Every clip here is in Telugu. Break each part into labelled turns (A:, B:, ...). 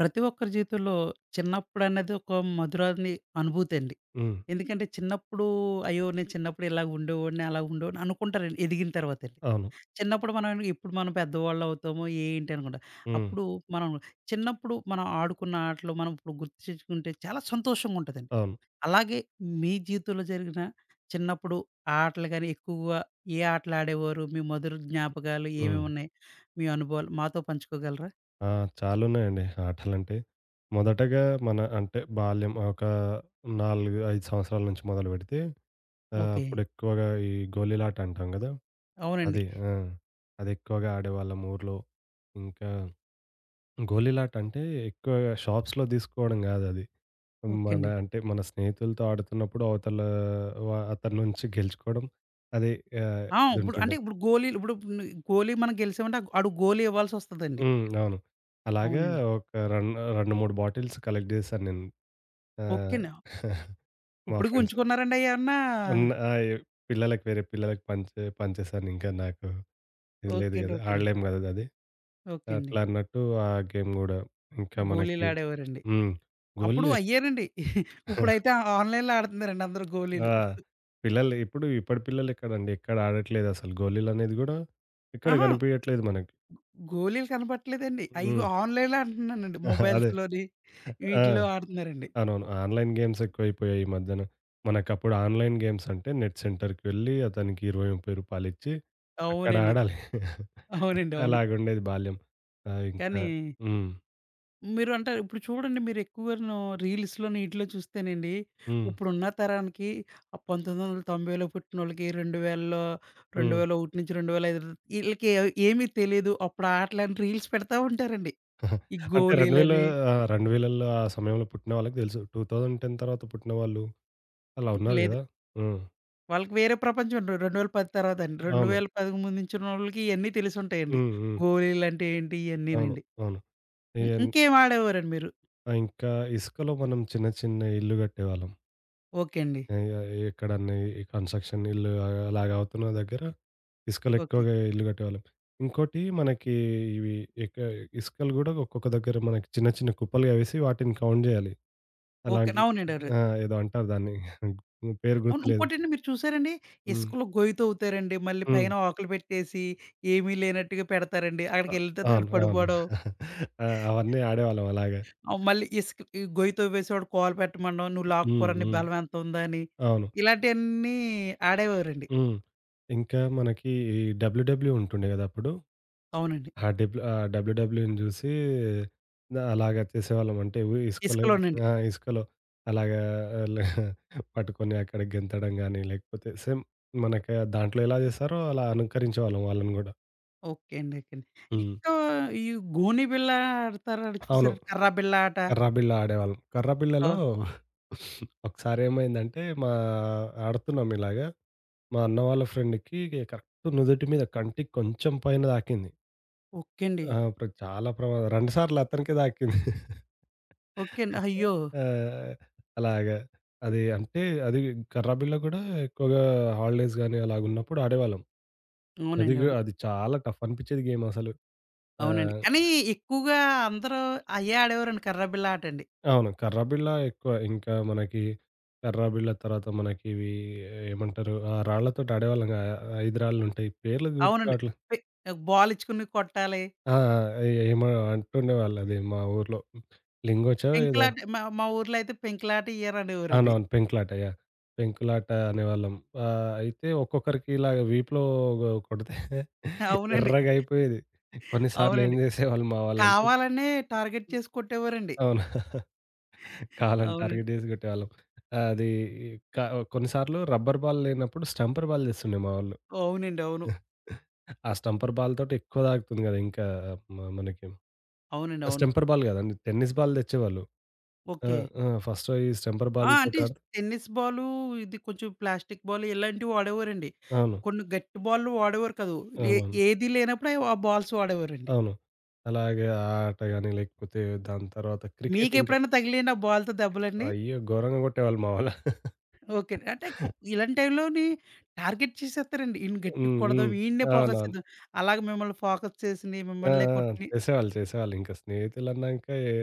A: ప్రతి ఒక్కరి జీవితంలో చిన్నప్పుడు అనేది ఒక మధురాని అనుభూతి అండి.
B: హ్మ్.
A: ఎందుకంటే చిన్నప్పుడు అయ్యో! నేను చిన్నప్పుడు ఇలాగ ఉండేవాడిని, అలా ఉండేవాడిని అనుకుంటారండి ఎదిగిన తర్వాతండి.
B: అవును.
A: చిన్నప్పుడు మనం ఇప్పుడు పెద్దవాళ్ళు అవుతాము ఏంటి అనుకుంటాం.
B: హ్మ్.
A: అప్పుడు మనం చిన్నప్పుడు ఆడుకున్న ఆటలు మనం ఇప్పుడు గుర్తు తెచ్చుకుంటే చాలా సంతోషంగా ఉంటదండి.
B: అవును.
A: అలాగే మీ జీవితంలో జరిగిన చిన్నప్పుడు ఆటలు గాని ఎక్కువగా ఏ ఆటలు ఆడేవారు? మీ మధుర జ్ఞాపకాలు ఏమేమి
B: హ్మ్.
A: ఉన్నాయి? మీ అనుభవాలు మాతో పంచుకోగలరా?
B: ఆ! చాలున్నాయండి ఆటలంటే. మొదటగా మన అంటే బాల్యం ఒక 4, 5 సంవత్సరాల నుంచి మొదలుపెడితే
A: ఓకే.
B: అప్పుడెక్కువగా ఈ గోళీలాట అంటాం గదా!
A: అవునండి.
B: అది. ఆ! అదెక్కువగా ఆడేవాళ్ళం ఊర్లో. ఇంకా గోళీలాట అంటే ఎక్కువగా షాప్స్‌లో తీసుకోవడం గాదది.
A: ఓకే
B: మన
A: అండి.
B: అంటే మన స్నేహితులతో ఆడుతున్నప్పుడు అవతల అతని నుంచి గెలుచుకోవడం అది
A: ఆ! ఇప్పుడు అంటే
B: ఇదుంటుండే.
A: ఇప్పుడు గోలీలు ఇప్పుడు గోలీ మనం గెలిసామంటే ఆడు గోలీ ఇవ్వాల్సొస్తదండి.
B: హ్మ్. అవును. అలాగా
A: అవునండి.
B: ఒక రన్ 2, 3 బాటిల్స్ కలెక్ట్ చేశాను నేను.
A: ఓకే
B: ఆహ్,
A: అండి.
B: మా
A: ఇప్పటికి
B: ఫ్రెండ్స్
A: ఉంచుకున్నారండి అయేమన్నా?
B: ఉన్న పిల్లలకి వేరే పిల్లలకి పంచేసాను. ఇంకా నాకు ఇది లేదు
A: ఓకే అండి.
B: గదా!
A: ఓకే అండి.
B: ఆడలేము గదా! అది.
A: ఓకే అండి.
B: అట్లా అన్నట్టు ఆ గేమ్ గూడా. ఇంకా మనకి
A: గోలీలాడేవారండి.
B: హ్మ్.
A: అప్పుడు
B: గోళీలు.
A: అయ్యేనండి. ఇప్పుడైతే ఆన్‌లైన్‌లో ఆడుతున్నారండి అందరూ
B: ఆ!
A: గోలీలు.
B: పిల్లలు ఇప్పుడు ఇప్పటి పిల్లలు ఎక్కడండి, ఎక్కడ ఆడట్లేదు అసలు. గోళీలనేది గూడా ఎక్కడ
A: అహా!
B: కనిపియట్లేదు మనకి.
A: గోలీలు కనపట్లేదండి. అయ్యిగో
B: హ్మ్.
A: ఆన్‌లైన్‌లో అంటున్నానండి.
B: అదే.
A: మొబైల్స్‌లోని
B: ఆ!
A: వీటిల్లో ఆడుతున్నారండి.
B: అవునవును. ఆన్‌లైన్ గేమ్స్ ఎక్కువైపోయాయి ఈ మధ్యన. మనకప్పుడు ఆన్‌లైన్ గేమ్స్ అంటే నెట్ సెంటర్‌కి వెళ్ళి అతనికి 20, 30 రూపాయలిచ్చి అక్కడ
A: అవునండి.
B: ఆడాలి.
A: అవునండి. అవును.
B: అలాగుండేది బాల్యం. ఆహ్, ఇంకా
A: కానీ
B: హ్మ్.
A: మీరు అంటే ఇప్పుడు చూడండి మీరు ఎక్కువను రీల్స్‌లోని ఈటిలో చూస్తేనండి,
B: హ్మ్.
A: ఇప్పుడున్న తరానికి ఆ 1990లో పుట్టినోళ్ళకి 2000లో
B: హ్మ్.
A: 2001 నుంచి 2005 ఈళ్ళకి ఏమీ తెలీదు. అప్పుడు ఆటలని రీల్స్ పెడతా ఉంటారండి. ఈ
B: అంటే 2000,
A: గోలీలని
B: ఆ! 2000ల్లో ఆ సమయంలో పుట్టిన వాళ్ళకి తెలుసు. 2010 తర్వాత పుట్టిన వాళ్ళు అలా
A: ఇంక
B: ఉన్నారు
A: లేదు.
B: గదా! హ్మ్.
A: వాళ్ళకి వేరే ప్రపంచం ఉంటది. 2010 తర్వాత అండి.
B: అవును.
A: 2010కు ముందు నుంచున్నోళ్ళకి ఇయన్నీ తెలిసుంటాయండి.
B: హ్మ్. హ్మ్.
A: గోలీలంటే ఏంటి?
B: అవును.
A: ఇయన్నీనండి.
B: అవును.
A: హ్మ్.
B: ఇయన్
A: ఇంకేం ఆడేవారండి మీరు?
B: ఆ! ఇంకా ఇసుకలో మనం చిన్న చిన్న ఇల్లు కట్టేవాళ్ళం.
A: ఓకే అండి.
B: ఇగ ఎక్కడన్నా ఈ కన్‌స్ట్రక్షన్ ఇల్లు అలాగ అవుతున్న దగ్గర ఇసుకలో
A: ఓకే.
B: ఎక్కువగా ఇల్లు కట్టేవాళ్ళం. ఇంకోటి మనకి ఇవి ఎక ఇసుకలు గూడా ఒక్కొక్క దగ్గర మనకి చిన్న చిన్న కుప్పలుగా వేసి వాటిని కౌంట్ జేయాలి.
A: ఓకే.
B: అలాంటి.
A: అవునండి. అవును.
B: ఆ! ఏదో అంటారు దాన్ని. పేరు
A: అవును.
B: గుర్తులేదు.
A: ఇంకోటండి మీరు చూసారండి,
B: హ్మ్.
A: ఇసుకలో గొయ్యి తవ్వుతారండి. మళ్ళీ
B: హ్మ్.
A: పైన ఆకులు పెట్టేసి, ఏమీ లేనట్టుగా పెడతారండి.
B: అ
A: అక్కడికెళ్ళిన తర్వాత ఆడు
B: అవును. అవును.
A: పడిపోవడం.
B: ఆ! అవన్నీ ఆడేవాళ్ళం అలాగా.
A: మళ్ళీ ఇసుక ఈ గొయ్యి తవ్వేసేవాడు కాలు పెట్టమనడం. నువ్వు
B: హ్మ్.
A: లాక్కురా నీ
B: హ్మ్.
A: బలం ఎంతుందా అని.
B: అవును.
A: ఇలాంటియన్నీ ఆడేవారండి.
B: హ్మ్. ఇంకా మనకి ఈ డబ్ల్యూడబ్ల్యూ ఉంటుండే గదా అప్పుడు!
A: అవునండి.
B: ఆ డబ్ల్యూడబ్ల్యూ‌ని జూసి అలాగా చేసేవాళ్ళం. అంటే ఇసుకలో.
A: ఇసుకలోనండి.
B: ఆ! ఇసుకలో అలాగా ల పట్టుకొని అక్కడ గెంతడం గాని, లేకపోతే సేమ్ మనకి దాంట్లో ఎలా జేస్తారో అలా అనుకరించేవాళ్ళం వాళ్ళని గూడా.
A: ఓకే అండి. ఓకే అండి.
B: హ్మ్.
A: ఇంకా ఈ గోని బిళ్ళ ఆడతారు ఆడ
B: అవును.
A: చూసారండి. కర్ర బిళ్ళ ఆట.
B: కర్రబిల్ల ఆడేవాళ్ళం. కర్రబిల్లలో
A: ఆ!
B: ఒకసారేమైందంటే మా ఆడుతున్నాం ఇలాగా. మా అన్న వాళ్ళ ఫ్రెండ్‌కి కరెక్ట్ నుదుటి మీద, కంటికి కొంచెం పైన తాకింది.
A: ఓకే అండి.
B: ఆ! అప్పుడు చాలా ప్రమాదం, 2 సార్లు అతనికే తాకింది.
A: ఓకే అండి. అయ్యో!
B: ఆ! అలాగా. అది అంటే అది కర్రాబిల్లో గూడా ఎక్కువగా హాలిడేస్ గాని అలాగున్నప్పుడు ఆడేవాళ్ళం. అది
A: అవునండి.
B: గు
A: అవును.
B: అది చాలా టఫ్ అనిపిచ్చేది గేమ్ అసలు.
A: అవునండి.
B: ఆహ్,
A: కానీ ఎక్కువగా అందరూ అయ్యే ఆడేవారండి. కర్ర బిళ్ళ ఆటండి.
B: అవును. కర్రాబిల్ల ఎక్కువ. ఇంకా మనకి కర్రాబిల్ల తర్వాత మనకి ఇవి ఏమంటారు? ఆ రాళ్ళతోటి ఆడేవాళ్ళం. 5 రాళ్ళుంటాయి. పేర్లు గుర్తు
A: అవునండి.
B: రావట్లే.
A: పె బాల్ ఇచ్చుకుని కొట్టాలి.
B: ఆ! ఆ! ఏమో అంటుండేవాళ్ళు అది మా ఊర్లో. లింగోచ్చో ఏదో.
A: పెంకులాట మా మా ఊర్లో అయితే పెంకులాట ఇయ్యరనేవారండి.
B: అవునవును. పెంకులాట. యాహ్! పెంకులాట అనేవాళ్ళం. అయితే ఒక్కొక్కరికి ఇలాగ వీపులో కొడితే
A: అవునండి.
B: ఎర్రగయిపోయేది. కొన్ని సార్లు ఏం
A: అవునండి.
B: చేసేవాళ్ళు మా వాళ్ళంటే
A: కావాలనే టార్గెట్ చేసి కొట్టేవారండి.
B: అవును. కాళ్ళని
A: అవునండి.
B: టార్గెట్ చేసి కొట్టేవాళ్ళం. ఆ, అది క కొన్నిసార్లు రబ్బర్ బాల్ లేనప్పుడు స్టంపర్ బాల్ తెస్తుండే మా వాళ్ళు.
A: అవునండి. అవును.
B: ఆ స్టంపర్ బాల్ తోటి ఎక్కువ తాకుతుంది కదా! ఇంకా మనకి
A: అవునండి. అవును.
B: స్టంపర్ బాల్ కాదండి. టెన్నిస్ బాల్ తెచ్చేవాళ్ళు. ఆ!
A: ఓకే.
B: ఆ! ఫస్ట్ ఈ స్టంపర్
A: ఆ!
B: బాల్
A: అంటే
B: తోటి ఆడితే
A: టెన్నిస్ బాలు, ఇది కొంచెం ప్లాస్టిక్ బాల్ ఇలాంటివి వాడేవారండి.
B: అవును.
A: కొన్ని గట్టి బాల్లు వాడేవారు కాదు. ఏ
B: అవును.
A: ఏది లేనప్పుడు ఆ బాల్స్ వాడేవారండి.
B: అవును. అలాగే ఆ ఆట గాని, లేకపోతే దాని తర్వాత క్రికెట్ ఇంకా.
A: మీకెప్పుడైనా తగిలియండి ఆ బాల్‌తో దెబ్బలండి?
B: అయ్యో! ఘోరంగా కొట్టేవాళ్ళు మా వాళ్ళు.
A: ఓకే. అండి. అంటే కొ ఇలాంటి టైంలోని టార్గెట్ చేసేస్తారండి. ఈడిని గట్టిగా
B: హ్మ్.
A: కొడదాం,
B: హ్మ్.
A: ఈడినే ఫోకస్
B: అవునవును.
A: చేద్దాం. అలాగ మిమ్మల్ని ఫోకస్ చేసినయి,
B: ఆ!
A: మిమ్మల్నే
B: ఆ!
A: కొట్టినయి
B: చేసేవాళ్ళు, చేసేవాళ్ళు. ఇంకా స్నేహితులన్నాక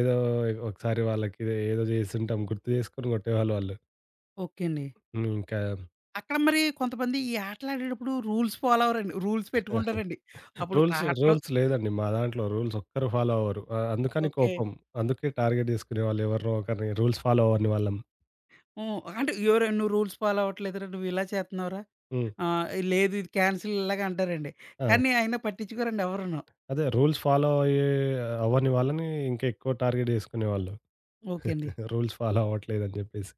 B: ఏదో ఒకసారి వాళ్ళకి ఏదో జేసుంటాం గుర్తు జేసుకొని కొట్టేవాళ్ళు వాళ్ళు.
A: ఓకే అండి.
B: హ్మ్. ఇంకా
A: అక్కడ మరి కొంతమంది ఈ ఆటలాడేటప్పుడు రూల్స్ ఫాలో అవ్వరండి. రూల్స్ పెట్టుకుంటారండి. అప్పుడు ఆ
B: రూల్స్,
A: ఆటలో
B: రూల్స్ లేదండి మా దాంట్లో. రూల్స్ ఒక్కరు ఫాలో అవ్వరు. ఆహ్, అందుకని
A: ఓకే.
B: కోపం. అందుకే టార్గెట్ జేసుకునేవాళ్ళు ఎవరినో ఒకరిని. రూల్స్ ఫాలో అవ్వని వాళ్ళం.
A: హ్మ్. అంటే ఎవరు "నువ్వు రూల్స్ ఫాలో అవ్వట్లేదురా, నువ్వు ఇలా చేత్తన్నావురా,
B: హ్మ్.
A: ఆహ్, లేదు ఇది క్యాన్సిల్" ఇలాగ అంటారండి.
B: ఆ!
A: కానీ అయినా పట్టించుకోరండి ఎవరును.
B: అదే రూల్స్ ఫాలో అవ్వని వాళ్ళని ఇంకా ఎక్కువ టార్గెట్ జేసుకునేవాళ్ళు.
A: ఓకే అండి.
B: రూల్స్ ఫాలో అవ్వట్లేదని జెప్పేసి.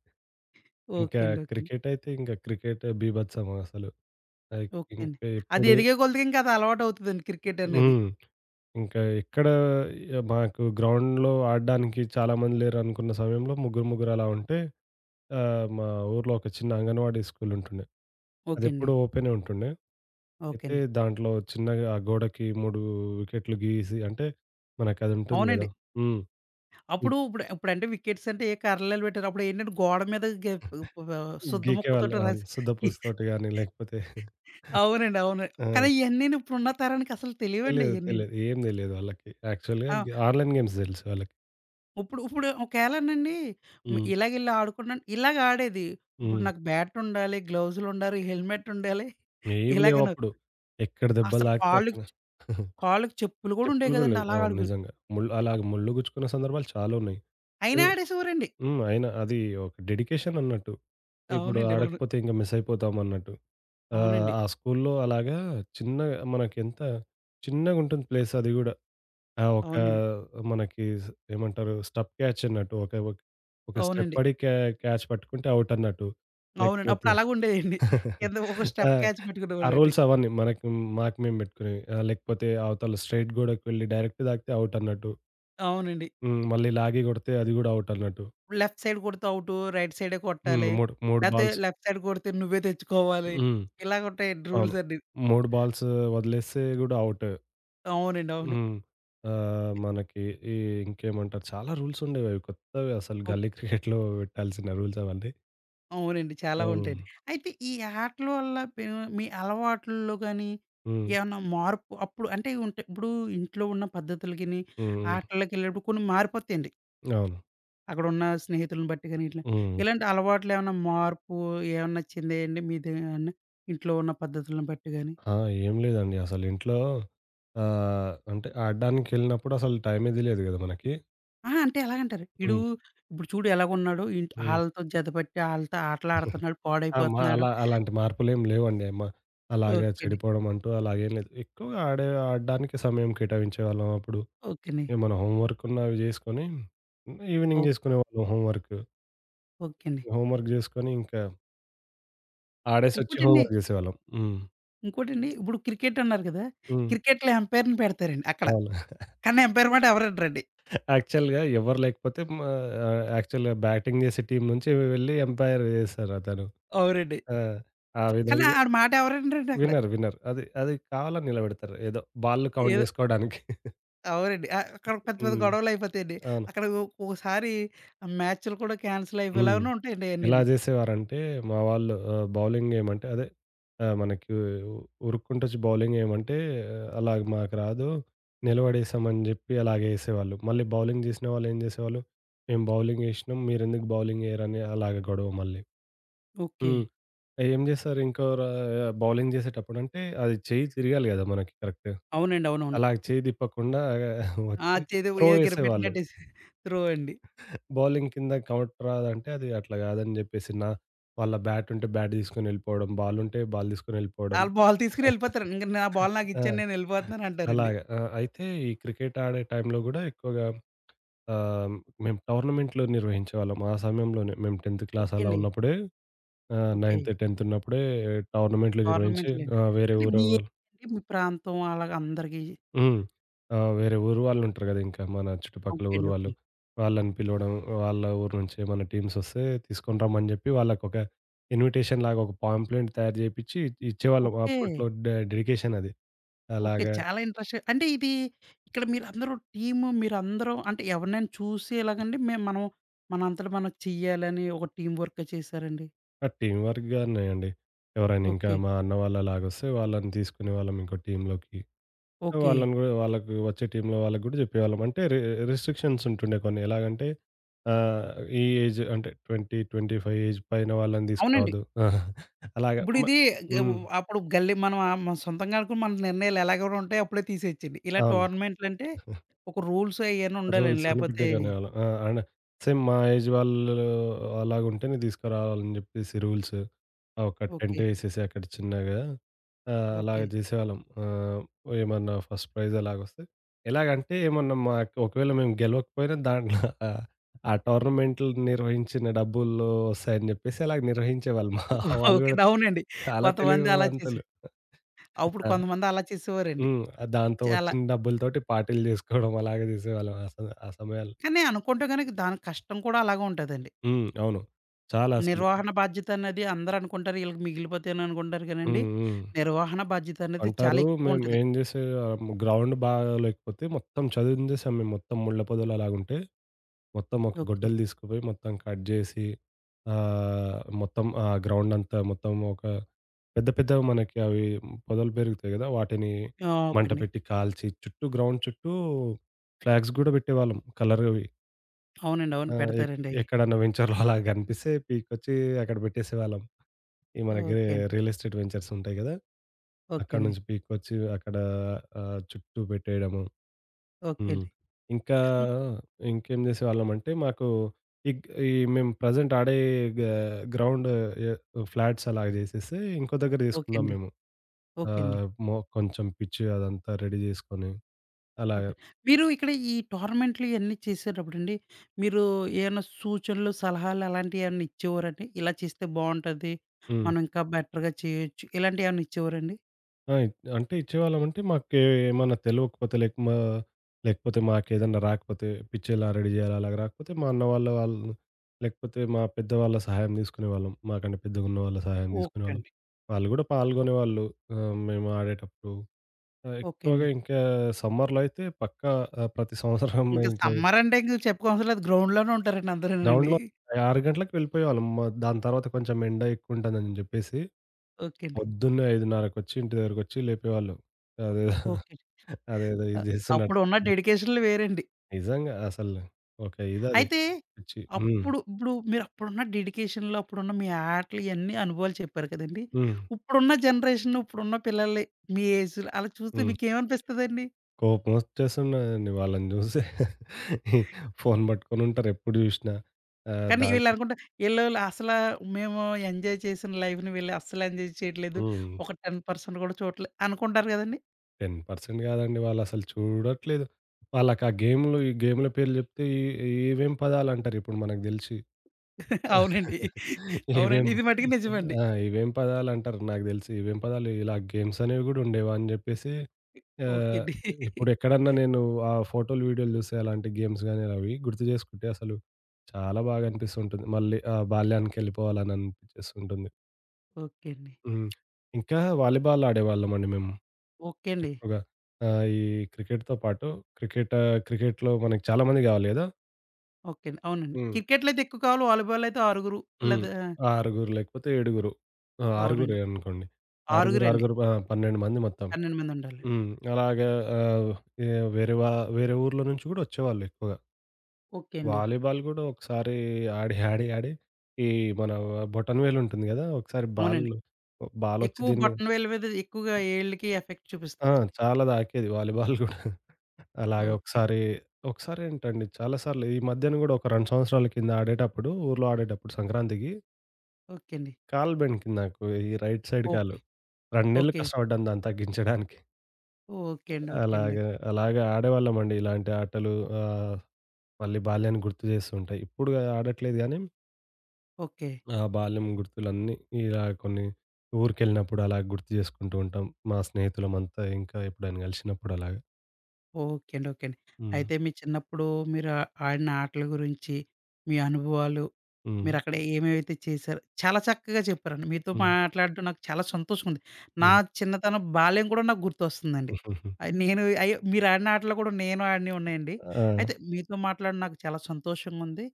B: ఇంకా
A: ఓకే అండి. ఓకే అండి.
B: క్రికెట్ అయితే ఇంక క్రికెట్ బీభత్సం అసలు. లైక్
A: ఓకే అండి.
B: ఇంకా
A: అది
B: ఎప్పుడు
A: ఎదిగే కొలదిగా ఇంకా అది అలవాటవుతదండి క్రికెట్ అనేది.
B: హ్మ్. ఇంకా ఎక్కడ మాకు గ్రౌండ్‌లో ఆడడానికి చాలామంది లేరనుకున్న సమయంలో ముగ్గురు, ముగ్గురు అలా ఉంటే, మా ఊర్లో ఒక చిన్న అంగన్వాడీ స్కూల్ ఉంటుండే.
A: ఓకే అండి.
B: అదెప్పుడూ ఓపెనే ఉంటుండే.
A: ఓకే
B: అయితే
A: అండి.
B: దాంట్లో చిన్నగా ఆ గోడకి 3 వికెట్లు గీసి, అంటే మనకది ఉంటుంది గదా!
A: అవునండి.
B: హ్మ్. హ్మ్.
A: అప్పుడు ఇప్పుడంటే వికెట్స్ అంటే ఏ కర్రలు పెట్టారు. అప్పుడేంటంటే గోడ మీద గ ప్ సుద్ద
B: గీకేవాళ్ళు.
A: ముక్కతోటి
B: అవును.
A: రాసి
B: సుద్దపూసతోటి గాని లేకపోతే
A: అవునండి. అవును.
B: ఆ!
A: కానీ ఇయన్నీను ఇప్పుడున్న తరానికి అసలు తెలియవండి
B: తెలీదు.
A: అయన్నీను.
B: తెలీదు. ఏం తెలీదు వాళ్ళకి. యాక్చువల్‌గా
A: ఆ!
B: ఆన్‌లైన్ గేమ్స్ తెలుసు వాళ్ళకి.
A: ఇప్పుడు ఇప్పుడు ఒకేళనండి
B: హ్మ్.
A: ఇలాగెళ్ళి ఆడుకున్నాను ఇలాగ ఆడేది. ఇప్పుడు
B: హ్మ్.
A: నాకు బ్యాట్ ఉండాలి, గ్లౌజులు ఉండాలి, హెల్మెట్ ఉండాలి.
B: ఏవి
A: ఇలాగను
B: లేవప్పుడు. ఎక్కడ దెబ్బలు
A: అసలు
B: తాకితే అక్కడ.
A: కాళ్ళకి కాళ్ళకి చెప్పులు కూడా
B: చెప్పులు
A: ఉండేవి
B: గూడా
A: కదండీ!
B: లేవు.
A: అలాగ
B: అవును.
A: ఆడుకు
B: నిజంగా. ముళ్ళు అలాగ, ముళ్ళు గుచ్చుకున్న సందర్భాలు చాలా ఉన్నాయి.
A: అయినా
B: తెల్
A: ఆడేసేవారండి.
B: హ్మ్. అయినా అది ఒక డెడికేషన్ అన్నట్టు. ఇప్పుడు
A: అవునండి. అవును.
B: ఆడకపోతే ఇంక మిస్ అయిపోతాం అన్నట్టు.
A: అవునండి.
B: ఆ స్కూల్లో అలాగా చిన్న మనకి ఎంత చిన్నగా, మనకెంత చిన్నగుంటుంది ప్లేస్ అది గూడా. ఆ! ఒక
A: అవునండి.
B: మనకి ఏమంటారు, స్టప్ క్యాచ్ అన్నట్టు. ఒక ఒక ఒక స్టెప్
A: అవునండి.
B: పడి క్యాచ్ పట్టుకుంటే ఔట్ అన్నట్టు.
A: అవునండి. అప్పుడు
B: లేకపోతే
A: అలాగుండేయండి. కింద ఒక
B: ఆ!
A: స్టెప్ క్యాచ్
B: ఆ
A: పెట్టుకునేవాళ్ళండి.
B: రూల్స్ అవన్నీ మనకి, మాకు మేము పెట్టుకునేవి. లేకపోతే అవతల స్ట్రెయిట్ గోడకి వెళ్లి డైరెక్ట్ తాకితే ఔట్ అన్నట్టు.
A: అవునండి.
B: హ్మ్. మళ్ళీ లాగి కొడితే అది గూడా ఔట్ అన్నట్టు.
A: లెఫ్ట్ సైడ్ కొడితే ఔటు, రైట్ సైడే
B: హ్మ్.
A: కొట్టాలి.
B: 3, 3
A: లేతే
B: బాల్స్.
A: లెఫ్ట్ సైడ్ కొడితే నువ్వే తెచ్చుకోవాలి.
B: హ్మ్.
A: ఇలాగుంటాయండి
B: అవును.
A: రూల్స్ అన్ని.
B: 3 బాల్స్ వదిలేస్తే గూడా ఔట్.
A: అవునండి. అవును.
B: హ్మ్. మనకి ఈ ఇంకేమంటారు, చాలా రూల్స్ ఉండేవవి కొత్తవి అసలు
A: ఓహ్!
B: గల్లీ క్రికెట్‌లో పెట్టాల్సిన రూల్స్ అవన్నీ.
A: అవునండి. చాలా
B: హ్మ్.
A: ఉంటాయండి. అయితే ఈ ఆటల వల్ల పె మీ అలవాట్లలో గాని
B: హ్మ్.
A: ఏమన్నా మార్పు అప్పుడు అంటే ఉంటే ఇప్పుడు ఇంట్లో ఉన్న పద్ధతులకిని,
B: హ్మ్. హ్మ్.
A: ఆటలకెళ్ళేటప్పుడు కొన్ని మారిపోతాయండి.
B: అవును.
A: అక్కడున్న స్నేహితులను బట్టి గాని ఇట్లా,
B: హ్మ్.
A: ఇలాంటి అలవాట్లు ఏమన్నా మార్పు ఏమన్నా చెందాయండి మీ ద అన్న ఇంట్లో ఉన్న పద్ధతులను బట్టి గాని?
B: ఆ! ఏం లేదండి అసలు ఇంట్లో. అంటే ఆడడానికెళ్ళినప్పుడు అసలు టైమే తెలియదు గదా మనకి!
A: ఆ! అంటే ఎలాగంటారు, ఈడు
B: హ్మ్.
A: ఇప్పుడు చూడు ఎలాగున్నాడు, ఇంట్
B: హ్మ్.
A: ఆళ్ళతో జతపట్టి ఆళ్ళతో ఆటలాడుతున్నాడు,
B: ఆ! మా
A: పాడైపోతున్నాడు.
B: అలాంటి మార్పులేం లేవండి. మా అలాగా
A: ఓకేండి.
B: చెడిపోవడం అంటూ అలాగేం లేదు. ఎక్కువగా ఆడడానికి సమయం కేటాయించేవాళ్ళం అప్పుడు.
A: ఓకేండి.
B: ఏమన్నా హోమ్ వర్క్ ఉన్నా అవి జేసుకొని, ఈవినింగ్
A: ఓకే.
B: జేసుకునేవాళ్ళం హోమ్ వర్క్.
A: ఓకేండి.
B: హోంవర్క్ జేసుకొని ఇంకా ఆడేసొచ్చి
A: ఇంకోటండి,
B: హోంవర్క్ జేసేవాళ్ళం. హ్మ్.
A: ఇప్పుడు క్రికెట్ అన్నారు కదా!
B: హ్మ్.
A: క్రికెట్‌లో అంపైర్‌ని పెడతారండి అక్కడ.
B: అవును.
A: కానీ అంపైర్ మాట ఎవరు వినరండి.
B: యాక్చువల్‌గా ఎవరు లేకపోతే మా యాక్చువల్‌గా బ్యాటింగ్ జేసే టీమ్ నుంచి వెళ్ళి ఎంపైర్ జేస్తారతను.
A: అవునండి.
B: ఆ! ఆ
A: కానీ
B: విధంగా.
A: ఆడి మాట ఎవరు వినరండి అక్కడ.
B: వినరు. వినరు. అది అది కావాలని నిలబెడతారు. ఏదో బాల్లు కౌంట్
A: ఏదో
B: జేసుకోవడానికి.
A: అవునండి. అక్కడ పెద్ద పెద్ద
B: హ్మ్.
A: గొడవలయిపోతాయండి.
B: అవును.
A: అక్కడ ఒక్కోసారి ఆ మ్యాచ్‌లు కూడా క్యాన్సెల్
B: హ్మ్.
A: అయిపోయేలాగాను ఉంటాయండి
B: ఎలా
A: అయన్నీని.
B: జేసేవారంటే, మా వాళ్ళు బౌలింగ్ ఏమంటే అదే మనకి ఉరుక్కుంటొచ్చి బౌలింగ్ ఏమంటే, అలాగ మాకు రాదు, నిలబడేసామని జెప్పి అలాగే యేసేవాళ్ళు. మళ్ళీ బౌలింగ్ జేసిన వాళ్ళేం జేసేవాళ్ళు, "మేము బౌలింగ్ యేసినాం, మీరెందుకు బౌలింగ్ యేయరని", అలాగ గొడవ మళ్ళీ.
A: ఓకే.
B: హ్మ్. ఏం జేస్తారు ఇంకో ర బౌలింగ్ జేసేటప్పుడంటే, అది చెయ్యి తిరగాలి గదా మనకి కరెక్ట్!
A: అవునండి. అవునవును.
B: అలాగ చెయ్యి తిప్పకుండా
A: ఆ!
B: వచ్చి
A: చేదో
B: త్రో
A: ఏదో
B: యేసేవాళ్ళు.
A: గిరపెట్టినట్టేసి త్రో అండి.
B: బౌలింగ్ కింద కౌంట్ రాదంటే అది అట్లా కాదని జెప్పేసి వాళ్ళ బ్యాట్ ఉంటే బ్యాట్ తీసుకొనెళ్ళిపోవడం, బాల్ ఉంటే బాల్ తీసుకొనెళ్ళిపోవడం.
A: ఆళ్ళు బాల్ తీసుకొని ఎళ్ళిపోతారండి. ఇంక నా బాల్
B: ఆ!
A: నాకిచ్చేయండి నేనెళ్ళిపోతున్నాను అంటారండి.
B: అలాగా. ఆ! అయితే ఈ క్రికెట్ ఆడే టైంలో గూడా ఎక్కువగా ఆహ్, మేము టోర్నమెంట్లు నిర్వహించేవాళ్ళం. ఆ సమయంలోనే మేము 10థ్ క్లాస్
A: ఓకే
B: అలా
A: అండి.
B: ఉన్నప్పుడే,
A: ఓకే.
B: నైన్త్, 10థ్ ఉన్నప్పుడే టోర్నమెంట్లు నిర్వహించి
A: టోర్నమెంట్‌లేండి.
B: ఆ! వేరే
A: అంటే
B: ఊరు
A: మీ ఏరియా అండి? మీ ప్రాంతం అలాగ అందరికి
B: హ్మ్. ఆ! వేరే ఊరు వాళ్ళుంటారు గదా! ఇంకా మన చుట్టుపక్కల
A: ఓకే అండి.
B: ఊరు
A: ఓకే.
B: వాళ్ళు. వాళ్ళని పిలవడం, వాళ్ళ ఊరు నుంచి ఏమన్నా టీమ్సొస్తే తీసుకొని రమ్మని జెప్పి వాళ్ళకొక ఇన్విటేషన్ లాగా ఒక పాంప్లెట్ తయారు జేపిచ్చి ఇచ్చేవాళ్ళం.
A: ఓకే.
B: అప్పట్లో డెడికేషన్ అది.
A: ఓకే.
B: అలాగా.
A: చాలా ఇంట్రెస్ట్ అంటే ఇది ఇక్కడ మీరందరూ అంటే ఎవరినైనా చూసి ఎలాగండి మేము మనం మనంతట మనం చెయ్యాలని ఒక టీమ్ వర్క్ చేశారండి.
B: ఆ! టీమ్ వర్క్ గానే అండి. ఎవరైనా ఇంకా
A: ఓకే.
B: మా అన్న వాళ్ళలాగొస్తే వాళ్ళని తీసుకునేవాళ్ళం ఇంకో టీమ్‌లోకి.
A: ఓకే.
B: వాళ్ళని గూడా వాళ్ళకి వచ్చే టీమ్‌లో వాళ్ళకి గూడా జెప్పేవాళ్ళం. అంటే రిస్ట్రిక్షన్స్ ఉంటుండే కొన్ని. ఎలాగంటే ఆహ్, ఈ ఏజ్ అంటే 20, 25 ఏజ్ పైన వాళ్ళని
A: అవునండి.
B: దీసుకురావద్దు. అలాగా
A: ఇప్పుడు ఇది గ వ్
B: హ్మ్.
A: అప్పుడు గల్లీ మనం మన సొంతంగా అనుకున్న మన నిర్ణయాలు ఎలాగ ఉంటాయో అప్పుడే తీసేయొచ్చండి. ఇలా
B: అవును.
A: టోర్నమెంట్‌లంటే ఒక రూల్స్ అయన్నీ ఉండాలండి.
B: రూల్స్ అన్ని
A: లేపోతే
B: పెట్టేగానేవాళ్ళం. ఆ! అండ్ సేమ్ మా ఏజ్ వాళ్ళు అలాగుంటేనే తీసుకురావాలని జెప్పేసి రూల్స్. ఆ! ఒక
A: ఓకే.
B: టెంట్ వేసేసి అక్కడ చిన్నగా అలాగ
A: ఓకే.
B: జేసేవాళ్ళం. ఆహ్, ఏమన్నా ఫస్ట్ ప్రైజ్ అలాగొస్తే ఎలాగంటే ఏమన్నా మాకు ఒకవేళ మేము గెలవకపోయినా దాంట్లో ఆహ్, ఆ టోర్నమెంట్లు నిర్వహించిన డబ్బుల్లో వస్తాయని జెప్పేసి అలాగ నిర్వహించేవాళ్ళు. మా వాళ్ళు
A: ఓకే.
B: గూడా
A: అవునండి.
B: చాలా
A: కొంతమంది అలా చేసి
B: తెలివివంతులు.
A: అప్పుడు
B: ఆ!
A: అలా చేసేవారండి.
B: హ్మ్. దాంతో
A: చాలా
B: వచ్చిన డబ్బులతోటి పార్టీలు జేసుకోవడం అలాగే జేసేవాళ్ళం ఆ సమయాల్లో.
A: కానీ అనుకుంటే గనక దాని కష్టం కూడా అలాగే ఉంటదండి.
B: హ్మ్. అవును. చాలా అసలు.
A: నిర్వహణ బాధ్యత అనేది అందరూ అనుకుంటారు ఈళ్ళకి మిగిలిపోతేను అనుకుంటారు కానండి,
B: హ్మ్. హ్మ్.
A: నిర్వహణ బాధ్యత అనేది చాలా
B: అంటారు, మేము
A: ఎక్కువుంటది.
B: ఏం చేసే గ్రౌండ్ బాగా లేకపోతే మొత్తం చదునుజేసాం మేము, మొత్తం ముళ్ళ పొదలు అలాగుంటే, మొత్తం ఒక
A: ఓకే.
B: గొడ్డలి తీసుకుపోయి మొత్తం కట్ జేసి, మొత్తం ఆ గ్రౌండ్ అంతా మొత్తం ఒక పెద్ద పెద్దవి మనకి పొదలు పెరుగుతాయి గదా! వాటిని
A: ఆ! ఓకే
B: మంట
A: అండి.
B: పెట్టి కాల్చి చుట్టూ, గ్రౌండ్ చుట్టూ ఫ్లాగ్స్ గూడా పెట్టేవాళ్ళం కలర్‌వి.
A: అవునండి. అవును.
B: ఆ! ఎక్
A: పెడతారండి అయి.
B: ఎక్కడన్నా వెంచర్‌లో అలా గనిపిస్తే పీకొచ్చి అక్కడ పెట్టేసేవాళ్ళం. ఈ మనకి
A: ఓకే అండి.
B: రియల్ ఎస్టేట్ వెంచర్స్ ఉంటాయి గదా!
A: ఓకే
B: అక్కడి
A: అండి.
B: నుంచి పీక్కొచ్చి అక్కడ చుట్టూ పెట్టేయడము.
A: ఓకే
B: హ్మ్.
A: అండి.
B: ఇంకా
A: హ్మ్.
B: ఇంకేం జేసేవాళ్ళమంటే మాకు ఈ మేము ప్రెజెంట్ ఆడే గ గ్రౌండ్ ఎ ఫ్లాట్స్ అలాగ జేసేసి ఇంకో దగ్గర
A: ఓకే
B: తీసుకున్నాం
A: అండి.
B: మేము.
A: ఓకే అండి.
B: కొంచెం పిచ్ అదంతా రెడీ జేసుకొని అలాగా.
A: ఓకే. మీరు ఇక్కడ ఈ టోర్నమెంట్లు ఇయన్నీ చేసేటప్పుడండి, మీరు ఏమన్నా సూచనలు, సలహాలు అలాంటియేమన్నా ఇచ్చేవారండి? ఇలా చేస్తే బావుంటది.
B: హ్మ్.
A: మనం ఇంకా బెటర్‌గా చేయొచ్చు. ఇలాంటియేమన్నా ఇచ్చేవారండి?
B: ఆ! అంటే ఇచ్చేవాళ్ళమంటే మాకే ఏమన్నా తెలవకపోతే లేక మా లేకపోతే మాకేదన్నా రాకపోతే పిచ్చి ఎలా రెడీ జేయాలి అలాగ రాకపోతే మా అన్న వాళ్ళ వాళ్ళు లేకపోతే మా పెద్దవాళ్ళ సహాయం తీసుకునేవాళ్ళం. మాకంటే పెద్దగున్న వాళ్ళ సహాయం
A: ఓకే
B: తీసుకునేవాళ్ళం.
A: అండి.
B: వాళ్ళు గూడా పాల్గొనేవాళ్ళు మేము ఆడేటప్పుడు.
A: ఓకే అండి.
B: ఎక్కువగా ఇంకా సమ్మర్‌లో అయితే పక్కా, ప్రతి సంవత్సరం
A: ఇంక
B: ఇంకా
A: సమ్మర్ అంటే ఇంక చెప్పుకోవసరం లేదు. గ్రౌండ్‌లోనే ఉంటారండి అందరూనండి.
B: గ్రౌండ్‌లో 6 గంటలకు వెళ్ళిపోయేవాళ్ళం. దాని తర్వాత కొంచెం ఎండ ఎక్కువుంటుందని జెప్పేసి
A: ఓకే అండి.
B: పొద్దున్నే 5:30కొచ్చి ఇంటి దగ్గరకొచ్చి లేపేవాళ్ళు. అదేదో,
A: ఓకే.
B: అదేదో
A: అ
B: ఇది జేస్తున్నట్టు.
A: అప్పుడున్న డెడికేషన్‌లు వేరండి.
B: నిజంగా అసలు ఒక ఇదది.
A: అయితే
B: పిచ్చి. హ్మ్.
A: అప్పుడు ఇప్పుడు మీరు అప్పుడున్న డెడికేషన్‌లు, అప్పుడున్న మీ ఆటలు ఇయన్నీ అనుభవాలు చెప్పారు కదండీ!
B: హ్మ్.
A: ఇప్పుడున్న జనరేషన్, ఇప్పుడున్న పిల్లల్ని మీ ఏజ్‌లో అలా చూస్తే
B: హ్మ్.
A: మీకేమనిపిస్తదండి?
B: కోపమొచ్చేస్తుండేదండి వాళ్ళని జూస్తే. ఫోను బట్టుకొనుంటారు ఎప్పుడు జూషినా. ఆహ్,
A: కానీ
B: దాంట్లో
A: వీళ్ళనుకుంటా ఈళ్ళోళ్ళు అసలా మేము ఎంజాయ్ చేసిన లైఫ్‌ని వీళ్ళు అస్సలు ఎంజాయ్ చేయట్లేదు.
B: హ్మ్.
A: ఒక 10% కూడా చూడట్లే అనుకుంటారు కదండీ!
B: 10% గాదండి వాళ్ళసలు చూడట్లేదు. వాళ్ళకా గేములు, ఈ గేముల పేర్లు జెప్తే ఇవేం పదాలంటారిప్పుడు మనకు దెలిసి.
A: అవునండి. అవునండి.
B: ఇవేం
A: ఇది మటికి నిజమండి.
B: ఆ! ఇవేం పదాలంటారు నాకు తెలిసి. ఇవేం పదాలు, ఇలా గేమ్స్ అనేవి గూడా ఉండేవా అని జెప్పేసి
A: ఓకే
B: ఆహ్,
A: అండి.
B: ఇప్పుడెక్కడన్నా నేను ఆ ఫోటోలు, వీడియోలు చూసి అలాంటి గేమ్స్ గాని అవి గుర్తు చేసుకుంటే అసలు చాలా బాగా అనిపిస్తుంటుంది. మళ్ళీ ఆ బాల్యానికెళ్ళిపోవాలని అనిపిచ్చేస్తుంటుంది.
A: ఓకే అండి.
B: హ్మ్. ఇంకా వాలీబాల్ ఆడేవాళ్ళమండి మేము
A: ఓకే అండి.
B: ఎక్కువగా. ఈ క్రికెట్‌తో పాటు క్రికెట్ క్రికెట్‌లో మనకి చాలా మంది కావాలి గదా!
A: ఓకే అండి. అవునండి.
B: హ్మ్.
A: క్రికెట్‌లో అయితే ఎక్కువ కావాలి. వాలీబాల్ అయితే ఆరుగురు
B: హ్మ్.
A: లేదా
B: ఆరుగురు లేకపోతే ఏడుగురు. ఆ!
A: అవునండి.
B: ఆరుగురే అనుకోండి. ఆరుగురు,
A: ఆరుగురండి.
B: ఆరుగురు ప 12 మంది మొత్తం.
A: 12 మందుండాలి.
B: హ్మ్. అలాగా ఆహ్, ఏ వేరే వా వేరే ఊర్ల నుంచి గూడా వచ్చేవాళ్ళు ఎక్కువగా.
A: ఓకే అండి.
B: వాలీబాల్ గూడా ఒకసారి ఆడి, ఆడి, ఆడి ఈ మన బొటనవేలు ఉంటుంది గదా! ఒకసారి
A: అవునండి.
B: బాలొచ్చి
A: ఎక్కువ
B: దీని మీద.
A: బటన్ వేలు మీద ఎక్కువగా ఏళ్ళకి ఎఫెక్ట్
B: ఆ!
A: చూపిస్తదండి.
B: చాలా తాకేది వాలీబాల్ గూడా. అలాగే
A: ఓకే.
B: ఒకసారి, ఒకసారేంటండి చాలా సార్లు ఈ మధ్యన గూడా ఒక 2 సంవత్సరాల కింద ఆడేటప్పుడు, ఊర్లో ఆడేటప్పుడు సంక్రాంతికి
A: ఓకే అండి.
B: కాలు బెణికింది నాకు. ఈ రైట్ సైడ్ కాలు.
A: ఓకే.
B: 2 నెలలు
A: ఓకే.
B: కష్టపడ్డాను దాన్ని తగ్గించడానికి.
A: ఓకే అండి. ఓకే అండి.
B: అలాగా, అలాగే ఆడేవాళ్ళమండి ఇలాంటి ఆటలు. ఆహ్, మళ్ళీ బాల్యాన్ని గుర్తు చేస్తూ ఉంటాయి. ఇప్పుడు ఆడట్లేదు గానీ,
A: ఓకే.
B: ఆ బాల్యం గుర్తులన్నీ ఇలా కొన్ని ఊరికెళ్ళినప్పుడు అలా గుర్తు చేసుకుంటూ ఉంటాం. మా స్నేహితులమంతా ఇంకా ఎప్పుడైనా కలిసినప్పుడు అలాగా.
A: ఓకే అండి. ఓకే అండి.
B: హ్మ్.
A: అయితే మీ చిన్నప్పుడు మీరు ఆ ఆడిన ఆటల గురించి, మీ అనుభవాలు,
B: హ్మ్.
A: మీరక్కడ ఏమేవైతే చేశారో చాలా చక్కగా చెప్పారండి. మీతో
B: హ్మ్.
A: మాట్లాడడం నాకు చాలా సంతోషంగా ఉంది. నా
B: హ్మ్.
A: చిన్నతనం బాల్యం కూడా నాకు గుర్తొస్తుందండి. నేను అయ్యో! మీరు ఆడిన ఆటలు కూడా నేను ఆడినవి ఉన్నాయండి. అయితే
B: ఆ!
A: మీతో మాట్లాడడం నాకు చాలా సంతోషంగా ఉంది.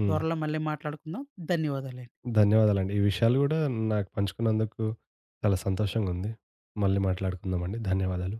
B: హ్మ్.
A: త్వరలో మళ్ళీ మాట్లాడుకుందాం. ధన్యవాదాలండి.
B: ధన్యవాదాలండి. ఈ విషయాలు గూడా నాకు పంచుకున్నందుకు చాలా సంతోషంగుంది. మళ్ళీ మాట్లాడుకుందామండి. ధన్యవాదాలు.